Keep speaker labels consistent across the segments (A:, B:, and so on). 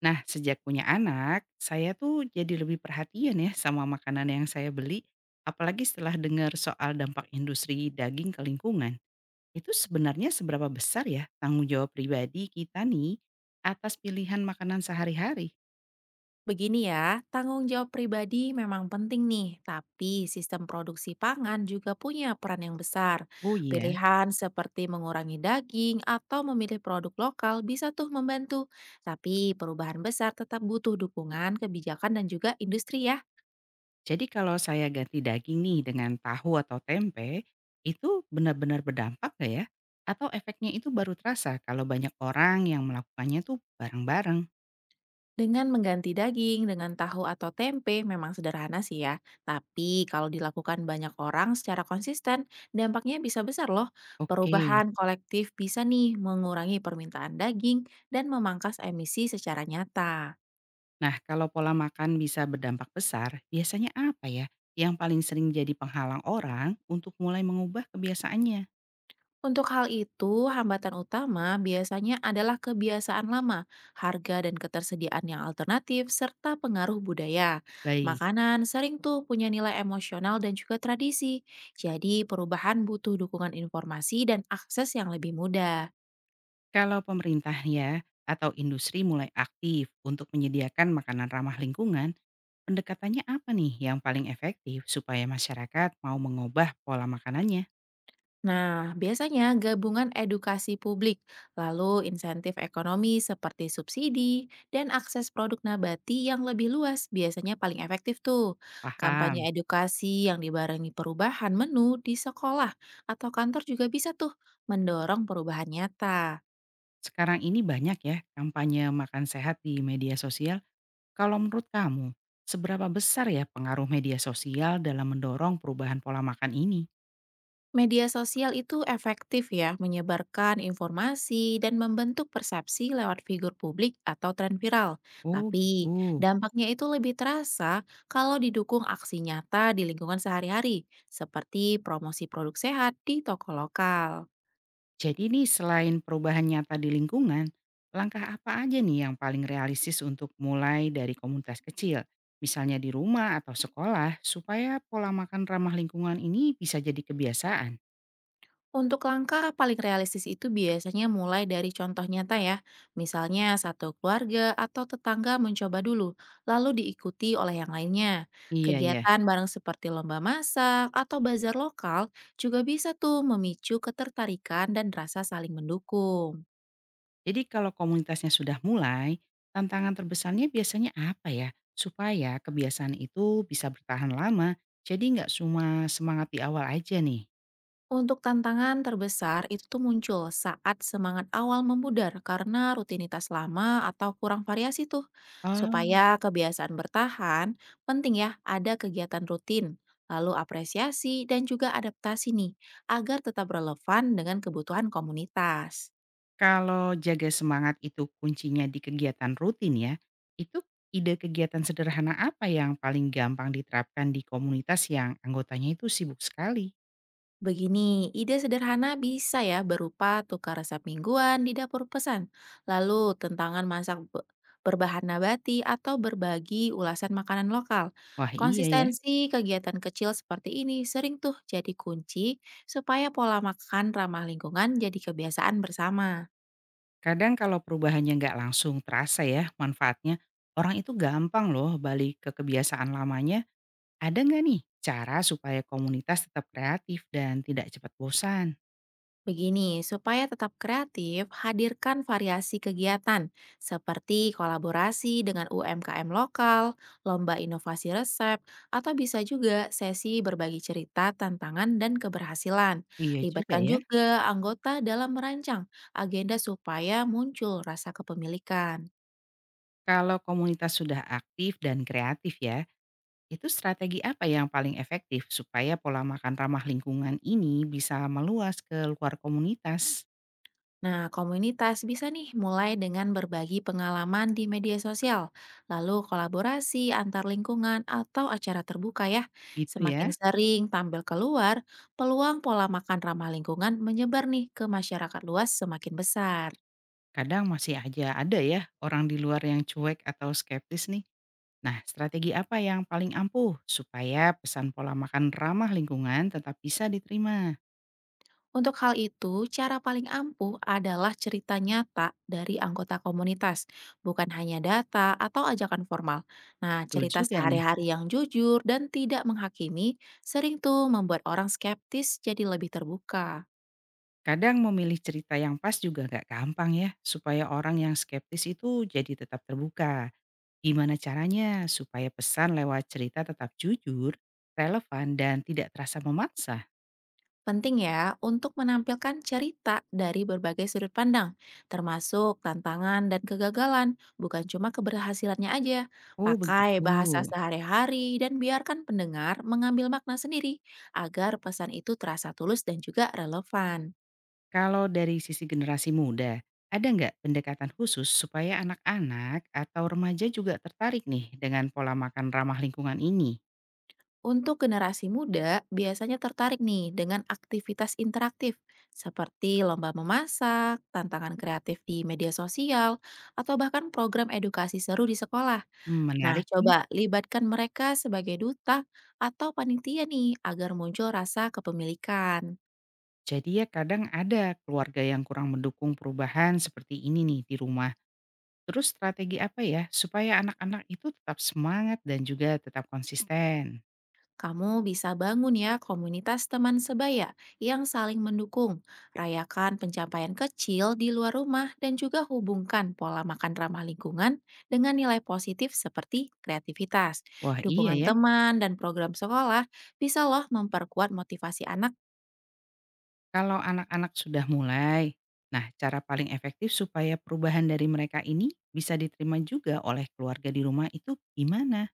A: Nah, sejak punya anak, saya tuh jadi lebih perhatian ya sama makanan yang saya beli, apalagi setelah dengar soal dampak industri daging ke lingkungan. Itu sebenarnya seberapa besar ya tanggung jawab pribadi kita nih atas pilihan makanan sehari-hari?
B: Begini ya, tanggung jawab pribadi memang penting nih, tapi sistem produksi pangan juga punya peran yang besar.
A: Oh iya,
B: Pilihan seperti mengurangi daging atau memilih produk lokal bisa tuh membantu, tapi perubahan besar tetap butuh dukungan kebijakan dan juga industri ya.
A: jadi kalau saya ganti daging nih dengan tahu atau tempe, itu benar-benar berdampak gak ya? Atau efeknya itu baru terasa kalau banyak orang yang melakukannya tuh bareng-bareng?
B: Dengan mengganti daging dengan tahu atau tempe memang sederhana sih ya, tapi kalau dilakukan banyak orang secara konsisten, dampaknya bisa besar loh.
A: Oke.
B: Perubahan kolektif bisa nih mengurangi permintaan daging dan memangkas emisi secara nyata.
A: Nah, kalau pola makan bisa berdampak besar, biasanya apa ya yang paling sering jadi penghalang orang untuk mulai mengubah kebiasaannya?
B: Untuk hal itu, hambatan utama biasanya adalah kebiasaan lama, harga dan ketersediaan yang alternatif, serta pengaruh budaya.
A: Baik,
B: Makanan sering tuh punya nilai emosional dan juga tradisi, jadi perubahan butuh dukungan informasi dan akses yang lebih mudah.
A: kalau pemerintah ya atau industri mulai aktif untuk menyediakan makanan ramah lingkungan, pendekatannya apa nih yang paling efektif supaya masyarakat mau mengubah pola makanannya?
B: Nah, biasanya gabungan edukasi publik, lalu insentif ekonomi seperti subsidi, dan akses produk nabati yang lebih luas biasanya paling efektif tuh. Kampanye
A: Paham.
B: edukasi yang dibarengi perubahan menu di sekolah atau kantor juga bisa tuh mendorong perubahan nyata.
A: Sekarang ini banyak ya kampanye makan sehat di media sosial. Kalau menurut kamu, seberapa besar ya pengaruh media sosial dalam mendorong perubahan pola makan ini?
B: Media sosial itu efektif ya menyebarkan informasi dan membentuk persepsi lewat figur publik atau tren viral.
A: Oh
B: Tapi
A: gitu.
B: dampaknya itu lebih terasa kalau didukung aksi nyata di lingkungan sehari-hari, seperti promosi produk sehat di toko lokal.
A: Jadi nih selain perubahan nyata di lingkungan, langkah apa aja nih yang paling realistis untuk mulai dari komunitas kecil? Misalnya di rumah atau sekolah, supaya pola makan ramah lingkungan ini bisa jadi kebiasaan.
B: Untuk langkah paling realistis itu biasanya mulai dari contoh nyata ya. Misalnya satu keluarga atau tetangga mencoba dulu, lalu diikuti oleh yang lainnya.
A: Iya ya.
B: Kegiatan bareng seperti lomba masak atau bazar lokal juga bisa tuh memicu ketertarikan dan rasa saling mendukung.
A: Jadi kalau komunitasnya sudah mulai, tantangan terbesarnya biasanya apa ya? Supaya kebiasaan itu bisa bertahan lama, jadi nggak cuma semangat di awal aja nih.
B: Untuk tantangan terbesar itu tuh muncul saat semangat awal memudar karena rutinitas lama atau kurang variasi tuh. Supaya kebiasaan bertahan, penting ya ada kegiatan rutin, lalu apresiasi dan juga adaptasi nih, agar tetap relevan dengan kebutuhan komunitas.
A: Kalau jaga semangat itu kuncinya di kegiatan rutin ya, itu ide kegiatan sederhana apa yang paling gampang diterapkan di komunitas yang anggotanya itu sibuk sekali?
B: Begini, ide sederhana bisa ya berupa tukar resep mingguan di dapur pesan, lalu tentangan masak berbahan nabati atau berbagi ulasan makanan lokal.
A: Wah iya ya,
B: Konsistensi kegiatan kecil seperti ini sering tuh jadi kunci supaya pola makan ramah lingkungan jadi kebiasaan bersama.
A: kadang kalau perubahannya nggak langsung terasa ya manfaatnya, orang itu gampang loh balik ke kebiasaan lamanya. Ada nggak nih cara supaya komunitas tetap kreatif dan tidak cepat bosan?
B: Begini, supaya tetap kreatif, hadirkan variasi kegiatan seperti kolaborasi dengan UMKM lokal, lomba inovasi resep, atau bisa juga sesi berbagi cerita, tantangan, dan keberhasilan.
A: Iya juga
B: Libatkan
A: ya,
B: juga anggota dalam merancang agenda supaya muncul rasa kepemilikan.
A: kalau komunitas sudah aktif dan kreatif ya, itu strategi apa yang paling efektif supaya pola makan ramah lingkungan ini bisa meluas ke luar komunitas?
B: Nah, komunitas bisa nih mulai dengan berbagi pengalaman di media sosial, lalu kolaborasi antar lingkungan atau acara terbuka ya.
A: Gitu
B: Semakin
A: ya.
B: sering tampil keluar, peluang pola makan ramah lingkungan menyebar nih ke masyarakat luas semakin besar.
A: Kadang masih aja ada ya orang di luar yang cuek atau skeptis nih. Nah, strategi apa yang paling ampuh supaya pesan pola makan ramah lingkungan tetap bisa diterima?
B: Untuk hal itu, cara paling ampuh adalah cerita nyata dari anggota komunitas, bukan hanya data atau ajakan formal. Nah,
A: Betul
B: cerita
A: juga nih.
B: sehari-hari yang jujur dan tidak menghakimi sering tuh membuat orang skeptis jadi lebih terbuka.
A: Kadang memilih cerita yang pas juga nggak gampang ya, supaya orang yang skeptis itu jadi tetap terbuka. Gimana caranya supaya pesan lewat cerita tetap jujur, relevan, dan tidak terasa memaksa?
B: Penting ya untuk menampilkan cerita dari berbagai sudut pandang, termasuk tantangan dan kegagalan, bukan cuma keberhasilannya aja.
A: Oh
B: Pakai
A: begitu.
B: bahasa sehari-hari dan biarkan pendengar mengambil makna sendiri agar pesan itu terasa tulus dan juga relevan.
A: Kalau dari sisi generasi muda, ada nggak pendekatan khusus supaya anak-anak atau remaja juga tertarik nih dengan pola makan ramah lingkungan ini?
B: Untuk generasi muda, biasanya tertarik nih dengan aktivitas interaktif seperti lomba memasak, tantangan kreatif di media sosial, atau bahkan program edukasi seru di sekolah.
A: Hmm,
B: Nah,
A: menarik nih.
B: coba libatkan mereka sebagai duta atau panitia nih agar muncul rasa kepemilikan.
A: Jadi ya kadang ada keluarga yang kurang mendukung perubahan seperti ini nih di rumah. Terus strategi apa ya supaya anak-anak itu tetap semangat dan juga tetap konsisten?
B: Kamu bisa bangun ya komunitas teman sebaya yang saling mendukung. Rayakan pencapaian kecil di luar rumah dan juga hubungkan pola makan ramah lingkungan dengan nilai positif seperti kreativitas.
A: Wah iya
B: Dukungan
A: ya.
B: teman dan program sekolah bisa loh memperkuat motivasi anak.
A: Kalau anak-anak sudah mulai, nah cara paling efektif supaya perubahan dari mereka ini bisa diterima juga oleh keluarga di rumah itu gimana?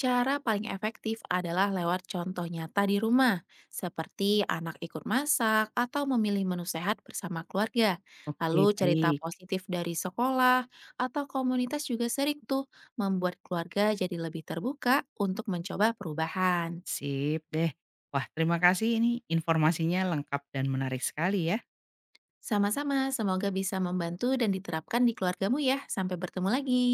B: Cara paling efektif adalah lewat contoh nyata di rumah, seperti anak ikut masak atau memilih menu sehat bersama keluarga.
A: Oke
B: Lalu cerita
A: baik,
B: positif dari sekolah atau komunitas juga sering tuh membuat keluarga jadi lebih terbuka untuk mencoba perubahan.
A: sip deh. Wah terima kasih ini informasinya lengkap dan menarik sekali ya.
B: Sama-sama, semoga bisa membantu dan diterapkan di keluargamu ya. Sampai bertemu lagi.